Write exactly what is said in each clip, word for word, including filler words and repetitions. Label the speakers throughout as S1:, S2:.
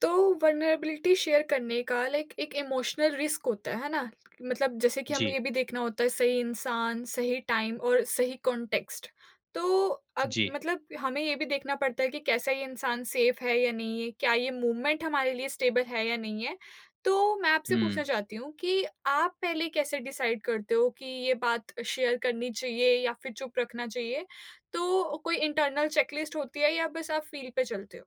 S1: तो vulnerability share करने का लाइक एक इमोशनल रिस्क होता है है ना? मतलब जैसे कि हमें ये
S2: जी,
S1: भी देखना होता है सही इंसान, सही टाइम और सही कॉन्टेक्स्ट। तो अग
S2: जी।
S1: मतलब हमें ये भी देखना पड़ता है कि कैसा ये इंसान सेफ है या नहीं है? क्या ये मूवमेंट हमारे लिए स्टेबल है या नहीं है? तो मैं आपसे
S2: हुँ।
S1: पूछना चाहती हूँ कि आप पहले कैसे डिसाइड करते हो कि ये बात शेयर करनी चाहिए या फिर चुप रखना चाहिए? तो कोई इंटरनल चेकलिस्ट होती है या बस आप फ़ील पे चलते हो?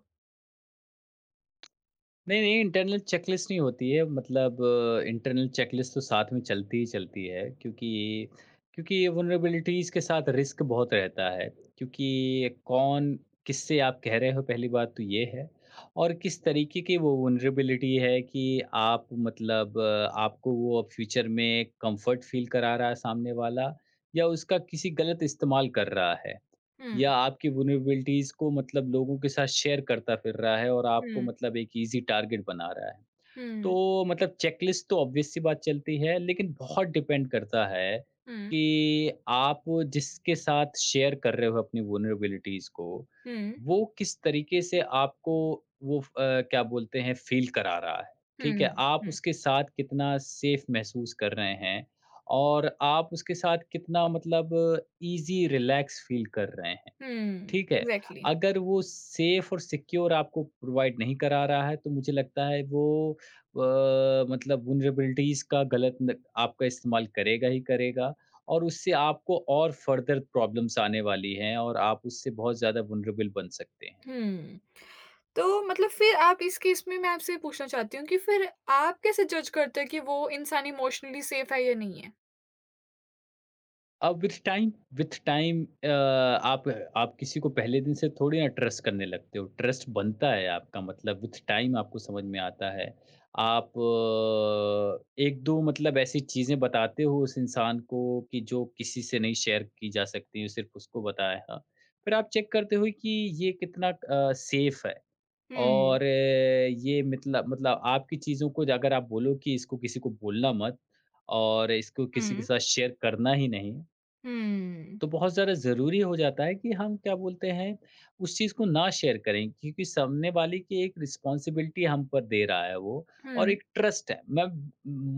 S2: नहीं, नहीं इंटरनल चेकलिस्ट नहीं होती है मतलब इंटरनल चेकलिस्ट तो साथ में चलती ही चलती है क्योंकि क्योंकि वल्नरेबिलिटीज़ के साथ रिस्क बहुत रहता है। क्योंकि कौन किससे आप कह रहे हो पहली बात तो ये है। और किस तरीके की वो वल्नरेबिलिटी है कि आप मतलब अ, आपको वो अब फ्यूचर में कम्फ़र्ट फ़ील करा रहा है सामने वाला, या उसका किसी गलत इस्तेमाल कर रहा है।
S1: हुँ,
S2: या आपकी वल्नरेबिलिटीज़ को मतलब लोगों के साथ शेयर करता फिर रहा है और आपको
S1: हुँ,
S2: मतलब एक ईज़ी टारगेट बना रहा है।
S1: हुँ।
S2: तो मतलब चेकलिस्ट तो ऑब्वियस सी बात चलती है, लेकिन बहुत डिपेंड करता है
S1: हुँ।
S2: कि आप जिसके साथ शेयर कर रहे हो अपनी वल्नरेबिलिटीज़ को,
S1: हुँ,
S2: वो किस तरीके से आपको वो फ अ, क्या बोलते हैं फ़ील करा रहा है, ठीक
S1: हुँ,
S2: है? आप
S1: हुँ,
S2: उसके साथ कितना सेफ़ महसूस कर रहे हैं और आप उसके साथ कितना मतलब ईज़ी रिलैक्स फ़ील कर रहे हैं।
S1: हुँ,
S2: ठीक है,
S1: एग्ज़ैक्टली।
S2: अगर वो सेफ़ और सिक्योर आपको प्रोवाइड नहीं करा रहा है, तो मुझे लगता है वो अ, मतलब वल्नरेबिलिटीज़ का गलत न आपका इस्तेमाल करेगा ही करेगा और उससे आपको और फ़र्दर प्रॉब्लम्स आने वाली हैं और आप उससे बहुत ज़्यादा वल्नरेबल बन सकते हैं।
S1: हुँ। तो मतलब फिर आप इस केस में मैं आपसे ये पूछना चाहती हूँ कि फिर आप कैसे जज करते हैं कि वो इंसान इमोशनली सेफ है या नहीं है?
S2: अब विथ टाइम विथ टाइम आप आप किसी को पहले दिन से थोड़ी ना ट्रस्ट करने लगते हो। ट्रस्ट बनता है आपका मतलब विथ टाइम आपको समझ में आता है। आप अ, एक दो मतलब ऐसी चीज़ें बताते हो उस इंसान को कि जो किसी से नहीं शेयर की जा सकती, सिर्फ उसको बताया है। फिर आप चेक करते हो कि ये कितना सेफ है।
S1: हुँ,
S2: और अ, ये मतलब मतलब आपकी चीज़ों को अगर आप बोलो कि इसको किसी को बोलना मत और इसको किसी के
S1: हुँ,
S2: साथ शेयर करना ही नहीं,
S1: हुँ,
S2: तो बहुत ज़्यादा ज़रूरी हो जाता है कि हम क्या बोलते हैं उस चीज़ को ना शेयर करें, क्योंकि सामने वाले की एक रिस्पॉन्सिबिलिटी हम पर दे रहा है वो
S1: हुँ,
S2: और एक ट्रस्ट है। मैं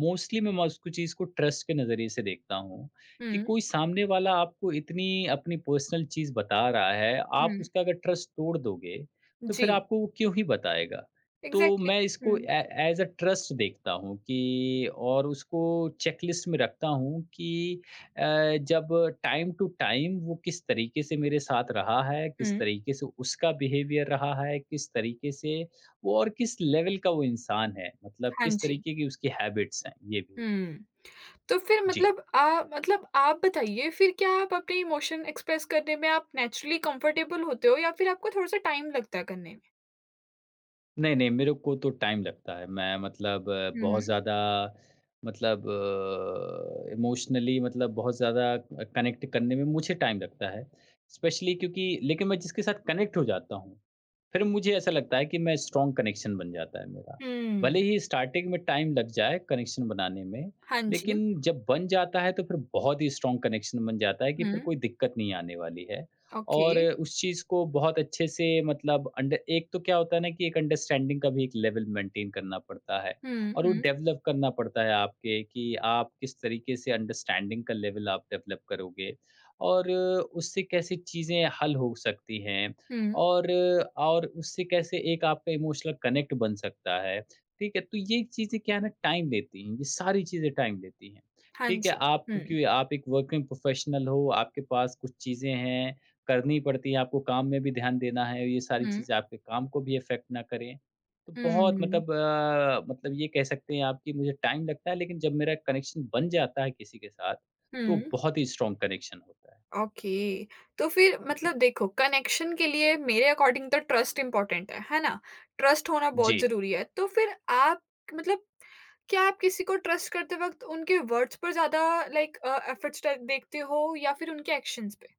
S2: मोस्टली मैं मैं उसको चीज़ को ट्रस्ट के नज़रिए से देखता हूँ
S1: हुँ,
S2: कि कोई सामने वाला आपको इतनी अपनी पर्सनल चीज़ बता रहा है, आप
S1: हुँ,
S2: उसका अगर ट्रस्ट तोड़ दोगे तो फिर
S1: जी,
S2: आपको वो क्यों ही बताएगा। तो
S1: एग्ज़ैक्टली।
S2: मैं
S1: हुँ,
S2: इसको एज अ ट्रस्ट देखता हूँ कि, और उसको चेकलिस्ट में रखता हूँ कि अ, जब टाइम टू टाइम वो किस तरीके से मेरे साथ रहा है, किस
S1: हुँ,
S2: तरीके से उसका बिहेवियर रहा है, किस तरीके से वो और किस लेवल का वो इंसान है, मतलब
S1: हाँ
S2: किस
S1: जी,
S2: तरीके की उसकी हैबिट्स हैं, ये भी।
S1: हुँ। तो फिर
S2: जी।
S1: मतलब आ मतलब आप बताइए फिर क्या आप अपने इमोशन एक्सप्रेस करने में आप नेचुरली कंफर्टेबल होते हो या फिर आपको थोड़ा-सा टाइम लगता है करने में?
S2: नहीं, नहीं, मेरे को तो टाइम लगता है। मैं मतलब अ,
S1: हुँ,
S2: बहुत ज़्यादा मतलब अ, इमोशनली मतलब बहुत ज़्यादा अ, कनेक्ट करने में मुझे टाइम लगता है। स्पेशली क्योंकि लेकिन मैं जिसके साथ कनेक्ट हो जाता हूँ, फिर मुझे ऐसा लगता है कि मैं स्ट्रॉन्ग कनेक्शन बन जाता है मेरा। भले
S1: हुँ,
S2: ही स्टार्टिंग में टाइम लग जाए कनेक्शन बनाने में,
S1: हाँ जी।
S2: लेकिन जब बन जाता है तो फिर बहुत ही स्ट्रॉन्ग कनेक्शन बन जाता है कि फिर
S1: हुँ,
S2: कोई दिक्कत नहीं आने वाली है।
S1: ओके।
S2: और उस चीज़ को बहुत अच्छे से मतलब अंडर एक तो क्या होता है ना कि एक अंडरस्टैंडिंग का भी एक लेवल मेंटेन करना पड़ता है
S1: हुँ,
S2: और वो
S1: हुँ,
S2: डेवलप करना पड़ता है आपके कि आप किस तरीके से अंडरस्टैंडिंग का लेवल आप डेवलप करोगे और उससे कैसे चीज़ें हल हो सकती हैं
S1: हुँ।
S2: और और उससे कैसे एक आपका इमोशनल कनेक्ट बन सकता है। ठीक है, तो ये चीज़ें क्या है ना टाइम लेती हैं, ये सारी चीज़ें टाइम लेती हैं।
S1: हाँ
S2: ठीक है,
S1: जी।
S2: आप
S1: हुँ,
S2: क्योंकि आप एक वर्किंग प्रोफेशनल हो, आपके पास कुछ चीज़ें हैं करनी पड़ती है, आपको काम में भी ध्यान देना है, ये सारी
S1: हुँ,
S2: चीज़ें आपके काम को भी इफ़ेक्ट ना करें। तो बहुत
S1: हुँ,
S2: मतलब अ, मतलब ये कह सकते हैं आप कि मुझे टाइम लगता है, लेकिन जब मेरा कनेक्शन बन जाता है किसी के साथ, तो
S1: हुँ,
S2: बहुत ही स्ट्रॉन्ग कनेक्शन होता है।
S1: ओके। तो फिर मतलब देखो कनेक्शन के लिए मेरे अकॉर्डिंग तो ट्रस्ट इम्पोर्टेंट है, है ना? ट्रस्ट होना
S2: जी।
S1: बहुत ज़रूरी है। तो फिर आप मतलब क्या आप किसी को ट्रस्ट करते वक़्त उनके वर्ड्स पर ज़्यादा लाइक अ, एफर्ट्स ट देखते हो या फिर उनके एक्शन्स पे?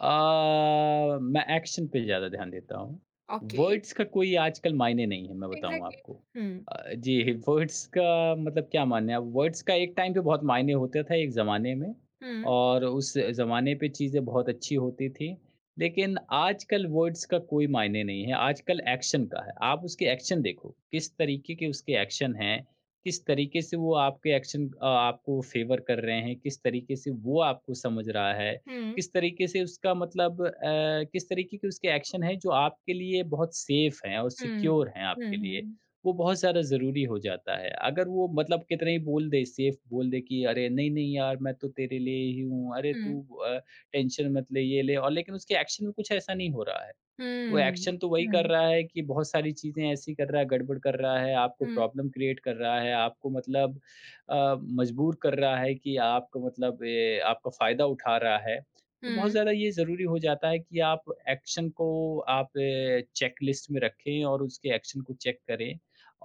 S2: अ, मैं एक्शन पे ज़्यादा ध्यान देता हूँ।
S1: ओके,
S2: वर्ड्स का कोई आजकल मायने नहीं है, मैं बताऊँ
S1: एग्ज़ैक्टली।
S2: आपको।
S1: हुँ,
S2: अ, जी, वर्ड्स का मतलब क्या माने आप, वर्ड्स का एक टाइम पे बहुत मायने होता था एक ज़माने में
S1: हुँ,
S2: और उस ज़माने पे चीज़ें बहुत अच्छी होती थी। लेकिन आजकल वर्ड्स का कोई मायने नहीं है, आजकल एक्शन का है। आप उसके एक्शन देखो, किस तरीके के उसके एक्शन हैं, किस तरीके से वो आपके एक्शन अ, आपको फ़ेवर कर रहे हैं, किस तरीके से वो आपको समझ रहा है।
S1: हुँ,
S2: किस तरीके से उसका मतलब अ, किस तरीके के उसके एक्शन हैं जो आपके लिए बहुत सेफ हैं और
S1: हुँ,
S2: सिक्योर हैं
S1: हुँ,
S2: आपके लिए।
S1: हुँ,
S2: वो बहुत ज़्यादा ज़रूरी हो जाता है। अगर वो मतलब कितना ही बोल दे, सेफ बोल दे कि अरे नहीं-नहीं यार मैं तो तेरे लिए ही हूँ, अरे
S1: हुँ,
S2: तू अ, टेंशन मत ले, ये ले और, लेकिन उसके एक्शन में कुछ ऐसा नहीं हो रहा है। वो
S1: हुँ,
S2: एक्शन तो वही कर
S1: हुँ,
S2: रहा है कि बहुत सारी चीज़ें ऐसी कर रहा है, गड़बड़ कर रहा है, आपको
S1: हुँ,
S2: प्रॉब्लम क्रिएट कर रहा है, आपको मतलब अ, मजबूर कर रहा है कि आपको मतलब ए, आपका फ़ायदा उठा रहा है। तो बहुत
S1: हुँ।
S2: ज़्यादा ये ज़रूरी हो जाता है कि आप एक्शन को आप ए, चेकलिस्ट में रखें और उसके एक्शन को चेक करें,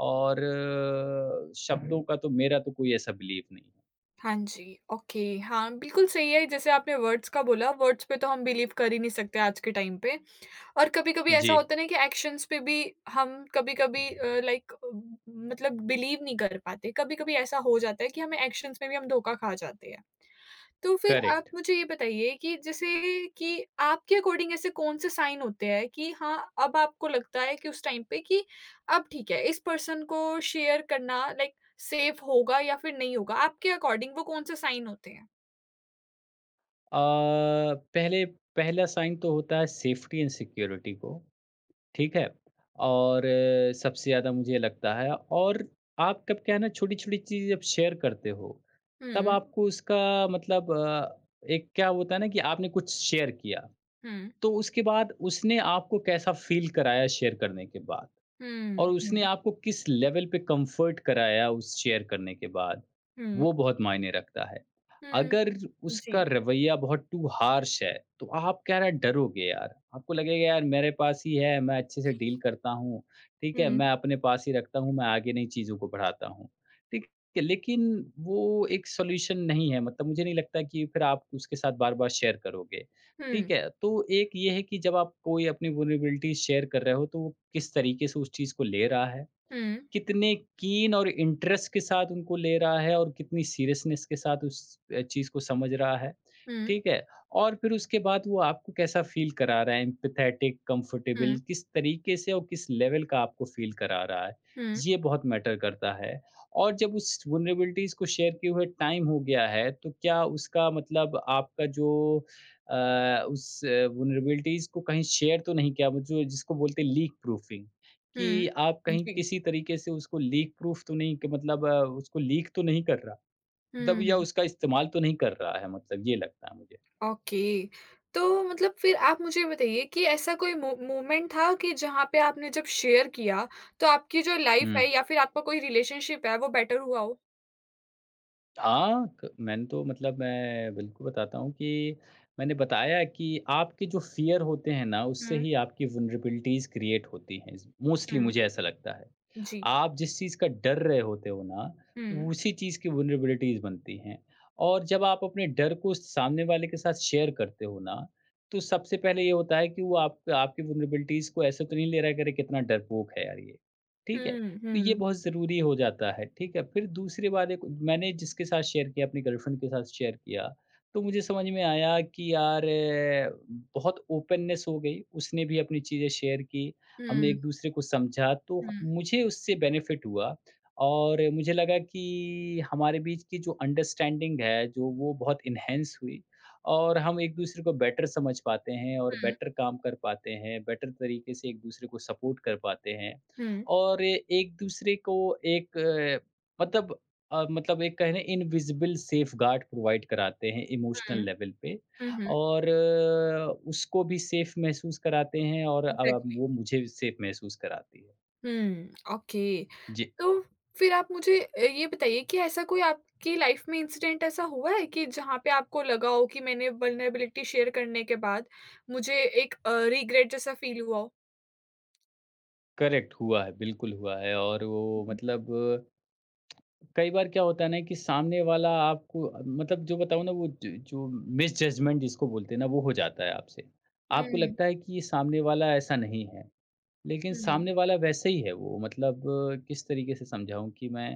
S2: और अ, शब्दों का तो मेरा तो कोई ऐसा बिलीव नहीं है।
S1: हाँ जी, ओके, हाँ, बिल्कुल सही है, जैसे आपने वर्ड्स का बोला, वर्ड्स पे तो हम बिलीव कर ही नहीं सकते आज के टाइम पे, और कभी-कभी ऐसा
S2: जी,
S1: होता है ना कि एक्शन्स पे भी हम कभी-कभी अ, लाइक मतलब बिलीव नहीं कर पाते। कभी-कभी ऐसा हो जाता है कि हमें एक्शन्स में भी हम धोखा खा जाते हैं। तो फिर आप
S2: करेक्ट।
S1: मुझे ये बताइए कि जैसे कि आपके अकॉर्डिंग ऐसे कौन-से साइन होते हैं कि हाँ, अब आपको लगता है कि उस टाइम पे कि अब ठीक है, इस पर्सन को शेयर करना लाइक सेफ़ होगा या फिर नहीं होगा? आपके अकॉर्डिंग वो कौन-से साइन होते हैं?
S2: अ, पहले पहला साइन तो होता है सेफ्टी एंड सिक्योरिटी को, ठीक है? और अ, सबसे ज़्यादा मुझे लगता है और आप कब क्या है ना छोटी-छोटी चीज़ जब शेयर करते हो, तब
S1: हुँ,
S2: आपको उसका मतलब अ, एक क्या होता है ना कि आपने कुछ शेयर किया,
S1: हुँ,
S2: तो उसके बाद उसने आपको कैसा फ़ील कराया शेयर करने के बाद?
S1: हुँ,
S2: और उसने
S1: हुँ,
S2: आपको किस लेवल पे कंफर्ट कराया उस शेयर करने के बाद,
S1: हुँ,
S2: वो बहुत मायने रखता है।
S1: हुँ,
S2: अगर उसका
S1: जी,
S2: रवैया बहुत टू हार्श है, तो आप क्या है डरोगे यार। आपको लगेगा यार मेरे पास ही है, मैं अच्छे से डील करता हूँ, ठीक है?
S1: हुँ,
S2: मैं अपने पास ही रखता हूँ, मैं आगे नहीं चीज़ों को बढ़ाता हूँ, ठीक है? लेकिन वो एक सॉल्यूशन नहीं है, मतलब मुझे नहीं लगता कि फिर आप उसके साथ बार-बार शेयर करोगे। ठीक
S1: हुँ,
S2: है, तो एक ये है कि जब आप कोई अपनी वल्नरेबिलिटीज़ शेयर कर रहे हो, तो वो किस तरीके से उस चीज़ को ले रहा है।
S1: हुँ,
S2: कितने कीन और इंटरेस्ट के साथ उनको ले रहा है और कितनी सीरियसनेस के साथ उस अ, चीज़ को समझ रहा है,
S1: हुँ,
S2: ठीक है? और फिर उसके बाद वो आपको कैसा फ़ील करा रहा है, एम्पैथेटिक, कंफर्टेबल
S1: हुँ,
S2: किस तरीके से और किस लेवल का आपको फ़ील करा रहा है,
S1: हुँ,
S2: ये बहुत मैटर करता है। और जब उस वल्नरेबिलिटीज़ को शेयर किए हुए टाइम हो गया है, तो क्या उसका मतलब आपका जो अ, उस वल्नरेबिलिटीज़ को कहीं शेयर तो नहीं किया, वो जो जिसको बोलते हैं लीक प्रूफिंग। कि
S1: हुँ,
S2: आप कहीं
S1: जी,
S2: किसी तरीके से उसको लीक प्रूफ तो नहीं कि मतलब अ, उसको लीक तो नहीं कर रहा? मतलब या
S1: हुँ।
S2: उसका इस्तेमाल तो नहीं कर रहा है, मतलब ये लगता है मुझे।
S1: ओके। तो मतलब फिर आप मुझे बताइए कि ऐसा कोई मो मोमेंट था कि जहाँ पे आपने जब शेयर किया, तो आपकी जो लाइफ़
S2: हुँ।
S1: है या फिर आपका कोई रिलेशनशिप है, वो बेटर हुआ हो?
S2: हाँ, क मैंने तो मतलब मैं बिल्कुल बताता हूँ कि मैंने बताया कि आपके जो फ़ियर होते हैं ना उससे
S1: हुँ,
S2: ही आपकी वल्नरेबिलिटीज़ क्रिएट होती हैं। मोस्टली
S1: हुँ,
S2: मुझे ऐसा लगता है।
S1: जी।
S2: आप जिस चीज़ का डर रहे होते हो ना,
S1: हुँ,
S2: उसी चीज़ की वल्नरेबिलिटीज़ बनती हैं। और जब आप अपने डर को सामने वाले के साथ शेयर करते हो ना, तो सबसे पहले ये होता है कि वो आप आपकी वल्नरेबिलिटीज़ को ऐसे तो नहीं ले रहा है कि अरे कितना डरपोक है यार ये, ठीक है?
S1: हुँ,
S2: तो ये
S1: हुँ,
S2: बहुत ज़रूरी हो जाता है, ठीक है? फिर दूसरे वाले को मैंने जिसके साथ शेयर किया, अपनी गर्लफ्रेंड के साथ शेयर किया, तो मुझे समझ में आया कि यार अ, बहुत ओपननेस हो गई, उसने भी अपनी चीज़ें शेयर की। हमने
S1: हुँ,
S2: एक-दूसरे को समझा, तो
S1: हुँ,
S2: मुझे उससे बेनिफिट हुआ और मुझे लगा कि हमारे बीच की जो अंडरस्टैंडिंग है, जो वो बहुत इन्हेंस हुई। और हम एक-दूसरे को बेटर समझ पाते हैं और
S1: हुँ, हुँ,
S2: बेटर काम कर पाते हैं, बेटर तरीके से एक-दूसरे को सपोर्ट कर पाते हैं
S1: हुँ,
S2: और एक-दूसरे को एक अ, मतलब अ, मतलब एक कहें ना, इनविजिबल सेफगार्ड प्रोवाइड कराते हैं इमोशनल
S1: हुँ,
S2: लेवल पे।
S1: हुँ, हुँ।
S2: और अ, उसको भी सेफ़ महसूस कराते हैं और अ,
S1: एग्ज़ैक्टली।
S2: वो मुझे भी सेफ़ महसूस कराती है।
S1: हुँ, ओके।
S2: जी,
S1: तो फिर आप मुझे अ, ये बताइए कि ऐसा कोई आपकी लाइफ़ में इंसिडेंट ऐसा हुआ है कि जहाँ पे आपको लगा हो कि मैंने वल्नरेबिलिटी शेयर करने के बाद मुझे एक अ, रिग्रेट जैसा फ़ील हुआ हो?
S2: करेक्ट हुआ है, बिल्कुल हुआ है। और वो
S1: हुँ।
S2: मतलब, कई बार क्या होता है ना कि सामने वाला आपको, मतलब जो बताऊँ ना, वो ज जो मिसजजमेंट जिसको बोलते हैं ना, वो हो जाता है आपसे। आपको लगता है कि ये सामने वाला ऐसा नहीं है। लेकिन
S1: हुँ, हुँ,
S2: सामने वाला वैसे ही है, वो मतलब किस तरीके से समझाऊँ कि मैं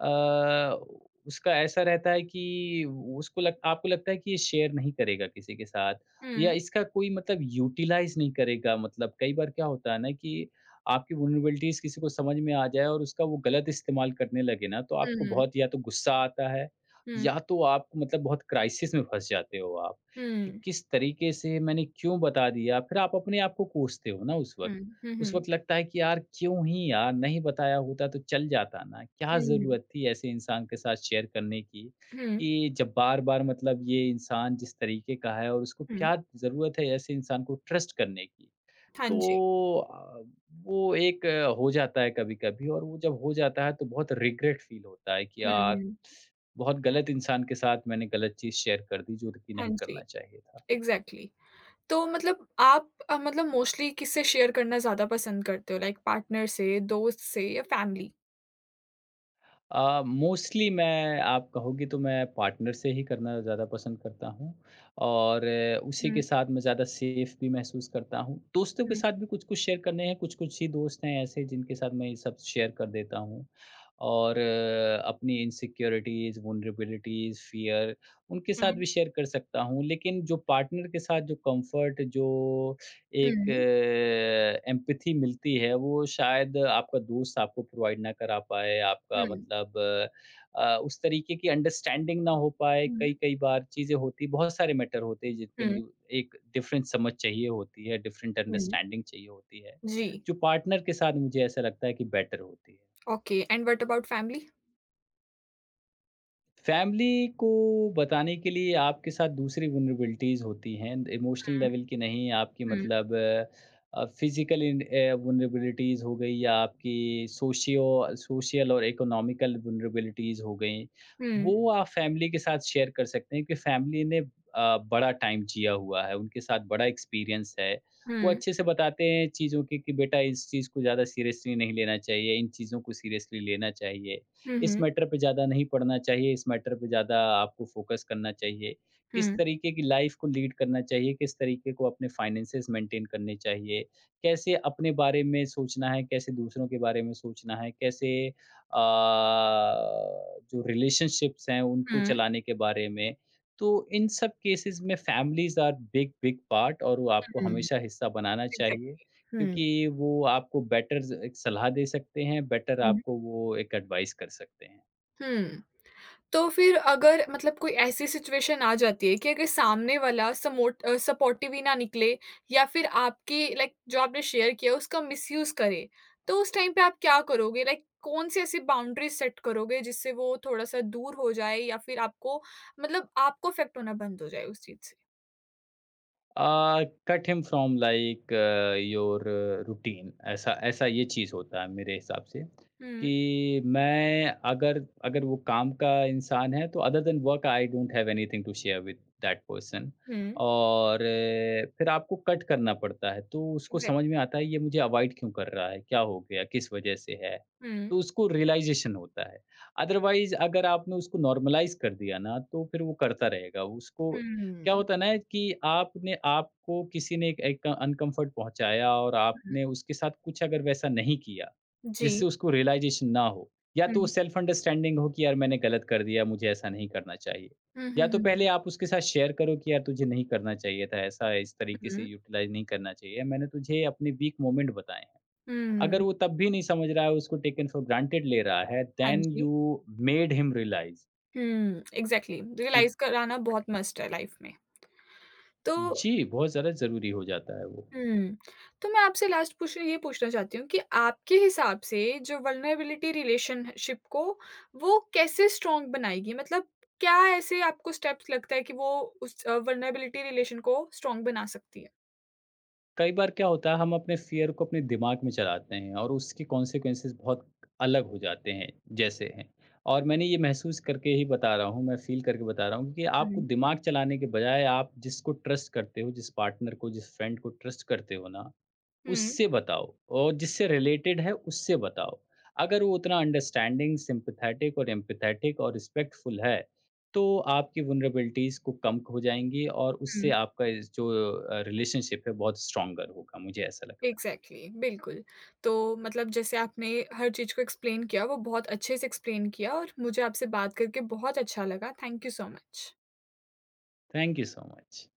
S2: अ, उसका ऐसा रहता है कि उसको लग आपको लगता है कि ये शेयर नहीं करेगा किसी के साथ, या
S1: हुँ,
S2: इसका कोई मतलब यूटिलाइज़ नहीं करेगा। मतलब कई बार क्या होता है ना कि आपकी वल्नरेबिलिटीज़ किसी को समझ में आ जाए और उसका वो गलत इस्तेमाल करने लगे ना, तो आपको
S1: हुँ,
S2: बहुत या तो गुस्सा आता है,
S1: हुँ,
S2: या तो आप मतलब बहुत क्राइसिस में फँस जाते हो आप, कि
S1: हुँ,
S2: किस तरीके से, मैंने क्यों बता दिया? फिर आप अपने आप को कोसते हो ना उस वक़्त।
S1: हुँ, हुँ,
S2: उस
S1: हुँ,
S2: वक़्त लगता है कि यार क्यों ही यार, नहीं बताया होता तो चल जाता ना, क्या
S1: हुँ,
S2: ज़रूरत थी ऐसे इंसान के साथ शेयर करने की,
S1: हुँ,
S2: कि जब बार-बार मतलब ये इंसान जिस तरीके का है, और उसको
S1: हुँ।
S2: क्या ज़रूरत है ऐसे इंसान को ट्रस्ट करने की।
S1: हाँ जी।
S2: तो अ, वो एक आ, हो जाता है कभी-कभी, और वो जब हो जाता है तो बहुत रिग्रेट फ़ील होता है कि
S1: हुँ,
S2: यार,
S1: हुँ।
S2: बहुत गलत इंसान के साथ मैंने गलत चीज़ शेयर कर दी, जो कि
S1: हाँ
S2: नहीं
S1: जी,
S2: करना चाहिए था।
S1: इग्ज़ैक्टली। तो मतलब आप अ, मतलब मोस्टली किससे शेयर करना ज़्यादा पसंद करते हो? लाइक पार्टनर से, दोस्त से या फैमिली?
S2: अ, मोस्टली मैं, आप कहोगे तो मैं पार्टनर से ही करना ज़्यादा पसंद करता हूँ, और अ, उसी के साथ मैं ज़्यादा सेफ भी महसूस करता हूँ। दोस्तों के
S1: Hmm.
S2: साथ भी कुछ-कुछ शेयर करने हैं, कुछ-कुछ ही दोस्त हैं ऐसे जिनके साथ मैं ये सब शेयर कर देता हूँ। और अ, अपनी इनसिक्योरिटीज़, वल्नरेबिलिटीज़, फ़ियर, उनके साथ
S1: Hmm.
S2: भी शेयर कर सकता हूँ। लेकिन जो पार्टनर के साथ जो कम्फ़र्ट, जो एक
S1: Hmm.
S2: एम्पैथी मिलती है, वो शायद आपका दोस्त आपको प्रोवाइड ना करा पाए, आपका
S1: Hmm.
S2: मतलब अ, उस तरीके की अंडरस्टैंडिंग ना हो पाए। कई-कई बार चीज़ें होती, बहुत सारे मैटर होते हैं, जिन पे
S1: Hmm.
S2: दू- एक डिफरेंट समझ चाहिए होती है, डिफरेंट
S1: Hmm.
S2: अंडरस्टैंडिंग चाहिए होती है,
S1: Yes.
S2: जो पार्टनर के साथ मुझे ऐसा लगता है कि बेटर होती है।
S1: Okay. And what about family?
S2: Family को बताने के लिए आपके साथ दूसरी वल्नरेबिलिटीज़ होती हैं, इमोशनल
S1: Hmm.
S2: लेवल की नहीं, आपकी
S1: Hmm.
S2: मतलब अ, फ़िज़िकल इन अ, वल्नरेबिलिटीज़ हो गई, या आपकी सोशियो सोशल और इकोनॉमिकल वल्नरेबिलिटीज़ हो गई।
S1: Hmm.
S2: वो आप फैमिली के साथ शेयर कर सकते हैं, कि फैमिली ने अ, बड़ा टाइम जिया हुआ है, उनके साथ बड़ा एक्सपीरियंस है। वो
S1: Hmm.
S2: अच्छे से बताते हैं चीज़ों की, कि बेटा इस चीज़ को ज़्यादा सीरियसली नहीं लेना चाहिए, इन चीज़ों को सीरियसली लेना चाहिए। इस
S1: Hmm.
S2: मैटर पे ज़्यादा नहीं पढ़ना चाहिए, इस मैटर पे ज़्यादा आपको फ़ोकस करना चाहिए। किस
S1: Hmm.
S2: तरीके की लाइफ़ को लीड करना चाहिए, किस तरीके को अपने फ़ाइनेंसेस मेंटेन करने चाहिए, कैसे अपने बारे में सोचना है, कैसे दूसरों के बारे में सोचना है, कैसे अ, जो रिलेशनशिप्स हैं उनको
S1: Hmm.
S2: चलाने के बारे में। तो इन सब केसेस में families are big, big part, और वो आपको हमेशा हिस्सा बनाना चाहिए।
S1: Hmm.
S2: क्योंकि वो आपको बेटर ज एक सलाह दे सकते हैं, बेटर आपको वो एक एडवाइस कर सकते हैं।
S1: Hmm. तो फिर अगर मतलब कोई ऐसी सिचुएशन आ जाती है कि अगर सामने वाला समोट अ, सपोर्टिव ही ना निकले, या फिर आपकी लाइक जो आपने शेयर किया उसका मिसयूज करे, तो उस टाइम पे आप क्या करोगे? लाइक कौन सी ऐसी बाउंड्रीज सेट करोगे जिससे वो थोड़ा-सा दूर हो जाए या फिर आपको मतलब आपको इफ़ेक्ट होना बंद हो जाए उस चीज़ से?
S2: Uh, cut him from like your routine, ऐसा ऐसा ये चीज़ होता है मेरे हिसाब से,
S1: हुँ,
S2: कि मैं अगर अगर वो काम का इंसान है तो other than work, I don't have anything to share with that person.
S1: हुँ,
S2: और अ, फिर आपको कट करना पड़ता है, तो उसको समझ
S1: एग्ज़ैक्टली।
S2: में आता है, ये मुझे अवॉइड क्यों कर रहा है, क्या हो गया, किस वजह से है।
S1: हुँ,
S2: तो उसको रियलाइजेशन होता है। अदरवाइज अगर आपने उसको नॉर्मलाइज कर दिया ना, तो फिर वो करता रहेगा। उसको क्या
S1: हुँ,
S2: होता है ना, कि आपने, आपको किसी ने एक एक अनकम्फर्ट पहुंचाया, और
S1: हुँ,
S2: आपने उसके साथ कुछ अगर वैसा नहीं किया
S1: जी।
S2: जिससे उसको रियलाइजेशन ना हो, या तो
S1: हुँ।
S2: सेल्फ अंडरस्टैंडिंग हो कि यार मैंने गलत कर दिया, मुझे ऐसा नहीं करना चाहिए।
S1: हुँ,
S2: या
S1: हुँ,
S2: तो
S1: हुँ,
S2: पहले आप उसके साथ शेयर करो कि यार तुझे नहीं करना चाहिए था ऐसा, इस तरीके से
S1: हुँ,
S2: यूटिलाइज नहीं करना चाहिए, मैंने तुझे अपने वीक मोमेंट बताए हैं। अगर
S1: हुँ।
S2: वो तब भी नहीं समझ रहा है, उसको टेकन फॉर ग्रांटेड ले रहा है,
S1: हाँ
S2: देन
S1: जी।
S2: यू मेड हिम रियलाइज
S1: हुँ, एग्ज़ैक्टली
S2: कि
S1: रियलाइज़ कराना बहुत मस्ट है लाइफ़ में। तो
S2: जी, बहुत ज़्यादा ज़रूरी हो जाता है वो।
S1: हुँ, तो मैं आपसे लास्ट क्वेश्चन ये पूछना चाहती हूँ कि आपके हिसाब से जो वल्नरेबिलिटी रिलेशनशिप को वो कैसे स्ट्रॉन्ग बनाएगी? मतलब क्या ऐसे आपको स्टेप्स लगता है कि वो उस अ, वल्नरेबिलिटी रिलेशन को स्ट्रॉन्ग बना सकती है?
S2: कई बार क्या होता है, हम अपने फ़ियर को अपने दिमाग में चलाते हैं, और उसके कॉन्सिक्वेंसेस बहुत अलग हो जाते हैं, जैसे हैं। और मैंने ये महसूस करके ही बता रहा हूँ, मैं फ़ील करके बता रहा हूँ, कि आपको
S1: हुँ,
S2: दिमाग चलाने के बजाय, आप जिसको ट्रस्ट करते हो, जिस पार्टनर को, जिस फ्रेंड को ट्रस्ट करते हो ना,
S1: हुँ,
S2: उससे बताओ, और जिससे रिलेटेड है उससे बताओ। अगर वो उतना अंडरस्टैंडिंग, सिम्पैथेटिक और एम्पैथेटिक और रिस्पेक्टफुल है, तो आपकी वल्नरेबिलिटीज़ को कम हो जाएँगी, और उससे
S1: हुँ,
S2: आपका इस जो अ, रिलेशनशिप है, बहुत स्ट्रॉन्गर होगा, मुझे ऐसा लगता है।
S1: एग्ज़ैक्टली बिल्कुल। तो मतलब जैसे आपने हर चीज़ को एक्सप्लेन किया, वो बहुत अच्छे से एक्सप्लेन किया और मुझे आपसे बात करके बहुत अच्छा लगा। Thank you so much.
S2: Thank you so much.